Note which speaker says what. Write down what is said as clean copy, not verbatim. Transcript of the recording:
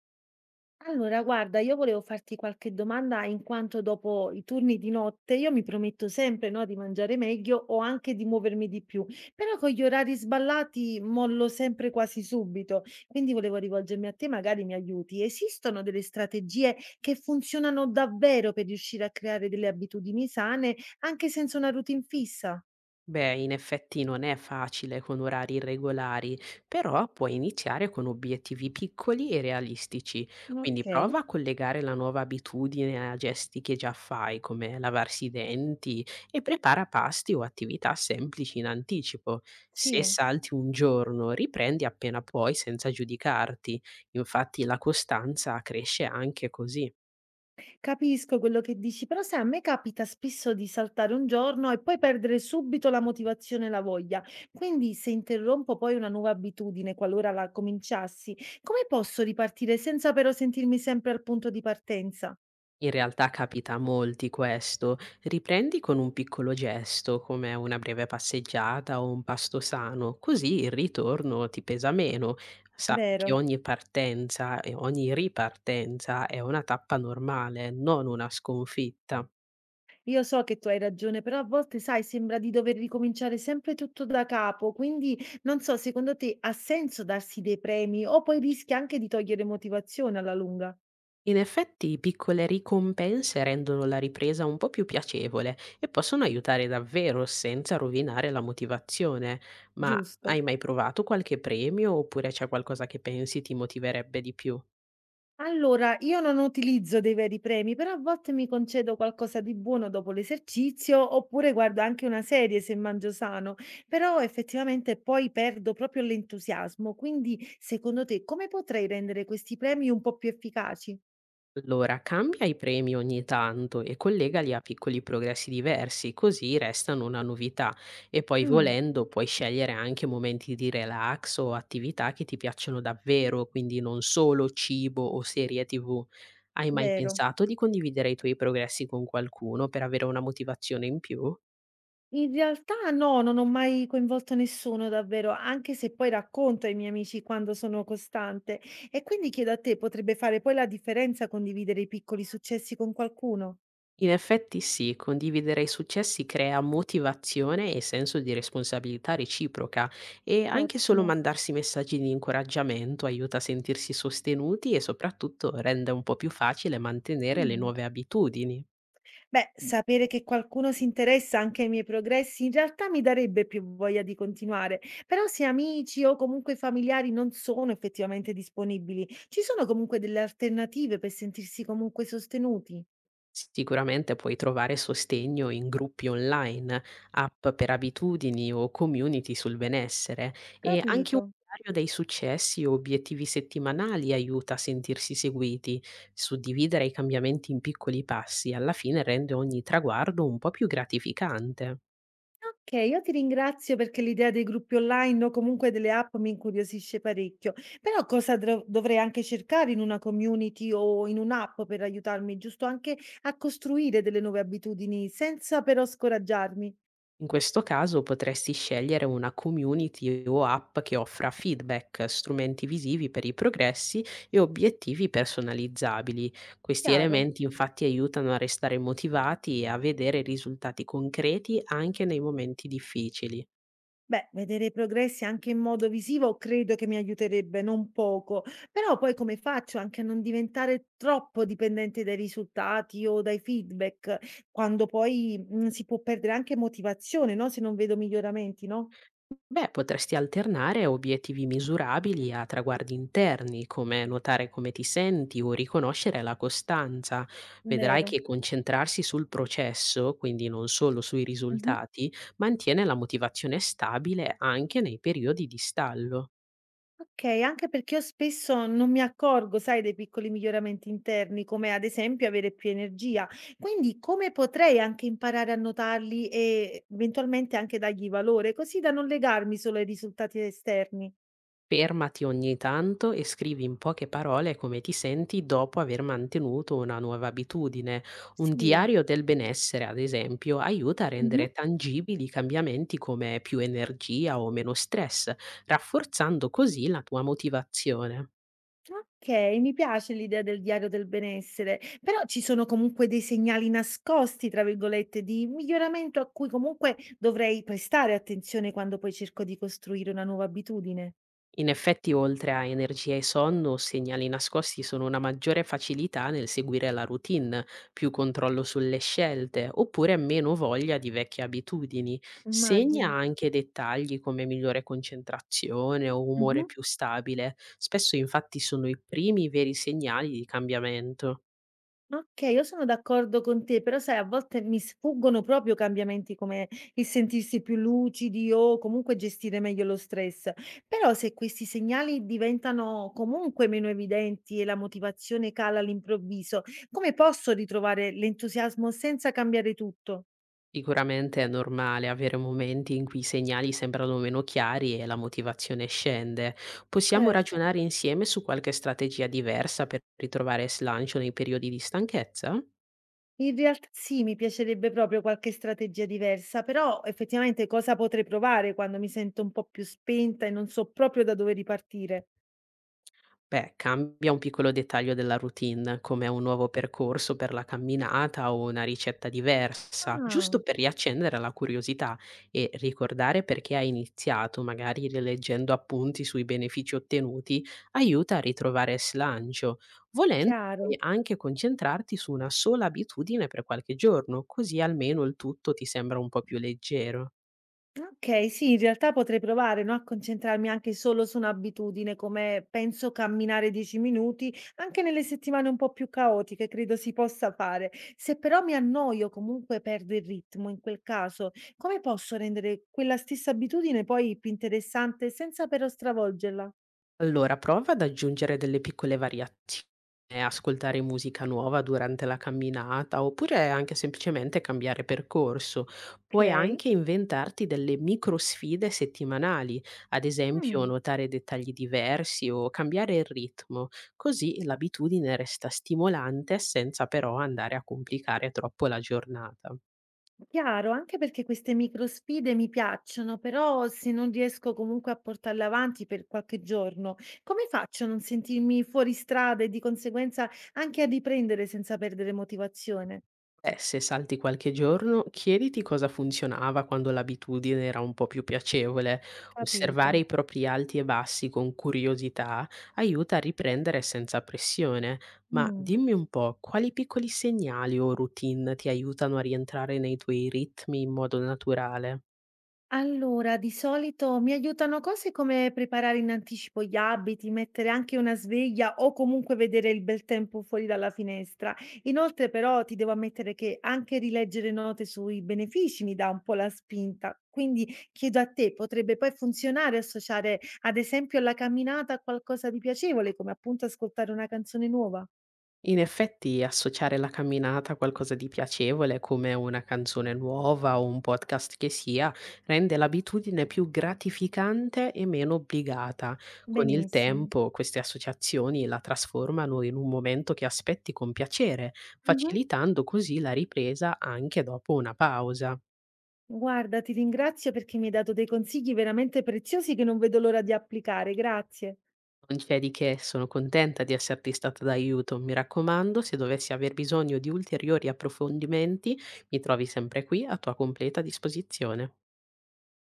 Speaker 1: Allora, guarda, io volevo farti qualche domanda in quanto dopo i turni di notte io mi prometto sempre, no, di mangiare meglio o anche di muovermi di più, però con gli orari sballati mollo sempre quasi subito. Quindi volevo rivolgermi a te, magari mi aiuti. Esistono delle strategie che funzionano davvero per riuscire a creare delle abitudini sane anche senza una routine fissa?
Speaker 2: Beh, in effetti non è facile con orari irregolari, però puoi iniziare con obiettivi piccoli e realistici, quindi
Speaker 1: Ok.
Speaker 2: prova a collegare la nuova abitudine a gesti che già fai, come lavarsi i denti, e prepara pasti o attività semplici in anticipo. Se
Speaker 1: Sì.
Speaker 2: salti un giorno, riprendi appena puoi senza giudicarti. Infatti la costanza cresce anche così.
Speaker 1: Capisco quello che dici, però sai, a me capita spesso di saltare un giorno e poi perdere subito la motivazione e la voglia. Quindi, se interrompo poi una nuova abitudine, qualora la cominciassi, come posso ripartire senza però sentirmi sempre al punto di partenza?
Speaker 2: In realtà capita a molti questo. Riprendi con un piccolo gesto, come una breve passeggiata o un pasto sano, così il ritorno ti pesa meno. Sappi che
Speaker 1: Vero.
Speaker 2: ogni partenza e ogni ripartenza è una tappa normale, non una sconfitta.
Speaker 1: Io so che tu hai ragione, però a volte, sai, sembra di dover ricominciare sempre tutto da capo. Quindi, non so, secondo te ha senso darsi dei premi o poi rischia anche di togliere motivazione alla lunga?
Speaker 2: In effetti, piccole ricompense rendono la ripresa un po' più piacevole e possono aiutare davvero senza rovinare la motivazione. Ma
Speaker 1: Giusto.
Speaker 2: hai mai provato qualche premio oppure c'è qualcosa che pensi ti motiverebbe di più?
Speaker 1: Allora, io non utilizzo dei veri premi, però a volte mi concedo qualcosa di buono dopo l'esercizio, oppure guardo anche una serie se mangio sano, però effettivamente poi perdo proprio l'entusiasmo. Quindi, secondo te, come potrei rendere questi premi un po' più efficaci?
Speaker 2: Allora, cambia i premi ogni tanto e collegali a piccoli progressi diversi, così restano una novità. E poi,
Speaker 1: Mm,
Speaker 2: volendo, puoi scegliere anche momenti di relax o attività che ti piacciono davvero, quindi non solo cibo o serie TV. Hai mai
Speaker 1: vero.
Speaker 2: pensato di condividere i tuoi progressi con qualcuno per avere una motivazione in più?
Speaker 1: In realtà no, non ho mai coinvolto nessuno davvero, anche se poi racconto ai miei amici quando sono costante. E quindi chiedo a te, potrebbe fare poi la differenza condividere i piccoli successi con qualcuno?
Speaker 2: In effetti sì, condividere i successi crea motivazione e senso di responsabilità reciproca e anche solo
Speaker 1: Ottimo.
Speaker 2: mandarsi messaggi di incoraggiamento aiuta a sentirsi sostenuti e soprattutto rende un po' più facile mantenere le
Speaker 1: Mh.
Speaker 2: nuove abitudini.
Speaker 1: Beh, sapere che qualcuno si interessa anche ai miei progressi in realtà mi darebbe più voglia di continuare, però se amici o comunque familiari non sono effettivamente disponibili, ci sono comunque delle alternative per sentirsi comunque sostenuti?
Speaker 2: Sicuramente puoi trovare sostegno in gruppi online, app per abitudini o community sul benessere e anche un
Speaker 1: Capito.
Speaker 2: diario dei successi o obiettivi settimanali aiuta a sentirsi seguiti. Suddividere i cambiamenti in piccoli passi alla fine rende ogni traguardo un po' più gratificante.
Speaker 1: Ok, io ti ringrazio perché l'idea dei gruppi online o comunque delle app mi incuriosisce parecchio, però cosa dovrei anche cercare in una community o in un'app per aiutarmi, giusto anche a costruire delle nuove abitudini senza però scoraggiarmi?
Speaker 2: In questo caso potresti scegliere una community o app che offra feedback, strumenti visivi per i progressi e obiettivi personalizzabili. Questi
Speaker 1: Chiaro.
Speaker 2: elementi infatti aiutano a restare motivati e a vedere risultati concreti anche nei momenti difficili.
Speaker 1: Beh, vedere i progressi anche in modo visivo credo che mi aiuterebbe non poco, però poi come faccio anche a non diventare troppo dipendente dai risultati o dai feedback, quando poi si può perdere anche motivazione, no? Se non vedo miglioramenti, no?
Speaker 2: Beh, potresti alternare obiettivi misurabili a traguardi interni, come notare come ti senti o riconoscere la costanza. Vedrai
Speaker 1: Vero.
Speaker 2: che concentrarsi sul processo, quindi non solo sui
Speaker 1: Mhm.
Speaker 2: risultati, mantiene la motivazione stabile anche nei periodi di stallo.
Speaker 1: Okay, anche perché io spesso non mi accorgo, sai, dei piccoli miglioramenti interni, come ad esempio avere più energia. Quindi come potrei anche imparare a notarli e eventualmente anche dargli valore, così da non legarmi solo ai risultati esterni?
Speaker 2: Fermati ogni tanto e scrivi in poche parole come ti senti dopo aver mantenuto una nuova abitudine. Un
Speaker 1: Sì.
Speaker 2: diario del benessere, ad esempio, aiuta a
Speaker 1: Mh-mh.
Speaker 2: rendere tangibili cambiamenti come più energia o meno stress, rafforzando così la tua motivazione.
Speaker 1: Okay, mi piace l'idea del diario del benessere, però ci sono comunque dei segnali "nascosti", tra virgolette, di miglioramento a cui comunque dovrei prestare attenzione quando poi cerco di costruire una nuova abitudine?
Speaker 2: In effetti, oltre a energia e sonno, segnali nascosti sono una maggiore facilità nel seguire la routine, più controllo sulle scelte, oppure meno voglia di vecchie abitudini. Segna
Speaker 1: Immagino.
Speaker 2: anche dettagli come migliore concentrazione o umore
Speaker 1: Mh-mh.
Speaker 2: più stabile. Spesso infatti sono i primi veri segnali di cambiamento.
Speaker 1: Okay, io sono d'accordo con te, però sai a volte mi sfuggono proprio cambiamenti come il sentirsi più lucidi o comunque gestire meglio lo stress. Però se questi segnali diventano comunque meno evidenti e la motivazione cala all'improvviso, come posso ritrovare l'entusiasmo senza cambiare tutto?
Speaker 2: Sicuramente è normale avere momenti in cui i segnali sembrano meno chiari e la motivazione scende. Possiamo
Speaker 1: Certo.
Speaker 2: ragionare insieme su qualche strategia diversa per ritrovare slancio nei periodi di stanchezza?
Speaker 1: In realtà sì, mi piacerebbe proprio qualche strategia diversa, però effettivamente cosa potrei provare quando mi sento un po' più spenta e non so proprio da dove ripartire?
Speaker 2: Beh, cambia un piccolo dettaglio della routine, come un nuovo percorso per la camminata o una ricetta diversa, giusto
Speaker 1: Ah,
Speaker 2: per riaccendere la curiosità e ricordare perché hai iniziato, magari rileggendo appunti sui benefici ottenuti, aiuta a ritrovare slancio. Volendo puoi
Speaker 1: chiaro.
Speaker 2: anche concentrarti su una sola abitudine per qualche giorno, così almeno il tutto ti sembra un po' più leggero.
Speaker 1: Okay, sì, in realtà potrei provare, no, a concentrarmi anche solo su un'abitudine come penso camminare 10 minuti, anche nelle settimane un po' più caotiche, credo si possa fare. Se però mi annoio, comunque perdo il ritmo, in quel caso, come posso rendere quella stessa abitudine poi più interessante senza però stravolgerla?
Speaker 2: Allora, prova ad aggiungere delle piccole variazioni, ascoltare musica nuova durante la camminata oppure anche semplicemente cambiare percorso. Puoi
Speaker 1: Okay.
Speaker 2: anche inventarti delle micro sfide settimanali, ad esempio
Speaker 1: Mh.
Speaker 2: notare dettagli diversi o cambiare il ritmo, così l'abitudine resta stimolante senza però andare a complicare troppo la giornata.
Speaker 1: Chiaro, anche perché queste micro sfide mi piacciono, però se non riesco comunque a portarle avanti per qualche giorno, come faccio a non sentirmi fuori strada e di conseguenza anche a riprendere senza perdere motivazione?
Speaker 2: Beh, se salti qualche giorno, chiediti cosa funzionava quando l'abitudine era un po' più piacevole. Osservare i
Speaker 1: Capito.
Speaker 2: propri alti e bassi con curiosità aiuta a riprendere senza pressione. Ma
Speaker 1: Mm.
Speaker 2: dimmi un po', quali piccoli segnali o routine ti aiutano a rientrare nei tuoi ritmi in modo naturale?
Speaker 1: Allora, di solito mi aiutano cose come preparare in anticipo gli abiti, mettere anche una sveglia o comunque vedere il bel tempo fuori dalla finestra. Inoltre, però, ti devo ammettere che anche rileggere note sui benefici mi dà un po' la spinta. Quindi chiedo a te, potrebbe poi funzionare associare, ad esempio, alla camminata a qualcosa di piacevole, come appunto ascoltare una canzone nuova?
Speaker 2: In effetti associare la camminata a qualcosa di piacevole, come una canzone nuova o un podcast che sia, rende l'abitudine più gratificante e meno obbligata. Con il
Speaker 1: Benissimo.
Speaker 2: tempo queste associazioni la trasformano in un momento che aspetti con piacere,
Speaker 1: Mhm.
Speaker 2: facilitando così la ripresa anche dopo una pausa.
Speaker 1: Guarda, ti ringrazio perché mi hai dato dei consigli veramente preziosi che non vedo l'ora di applicare. Grazie.
Speaker 2: Non c'è di che, sono contenta di esserti stata d'aiuto. Mi raccomando, se dovessi aver bisogno di ulteriori approfondimenti, mi trovi sempre qui a tua completa disposizione.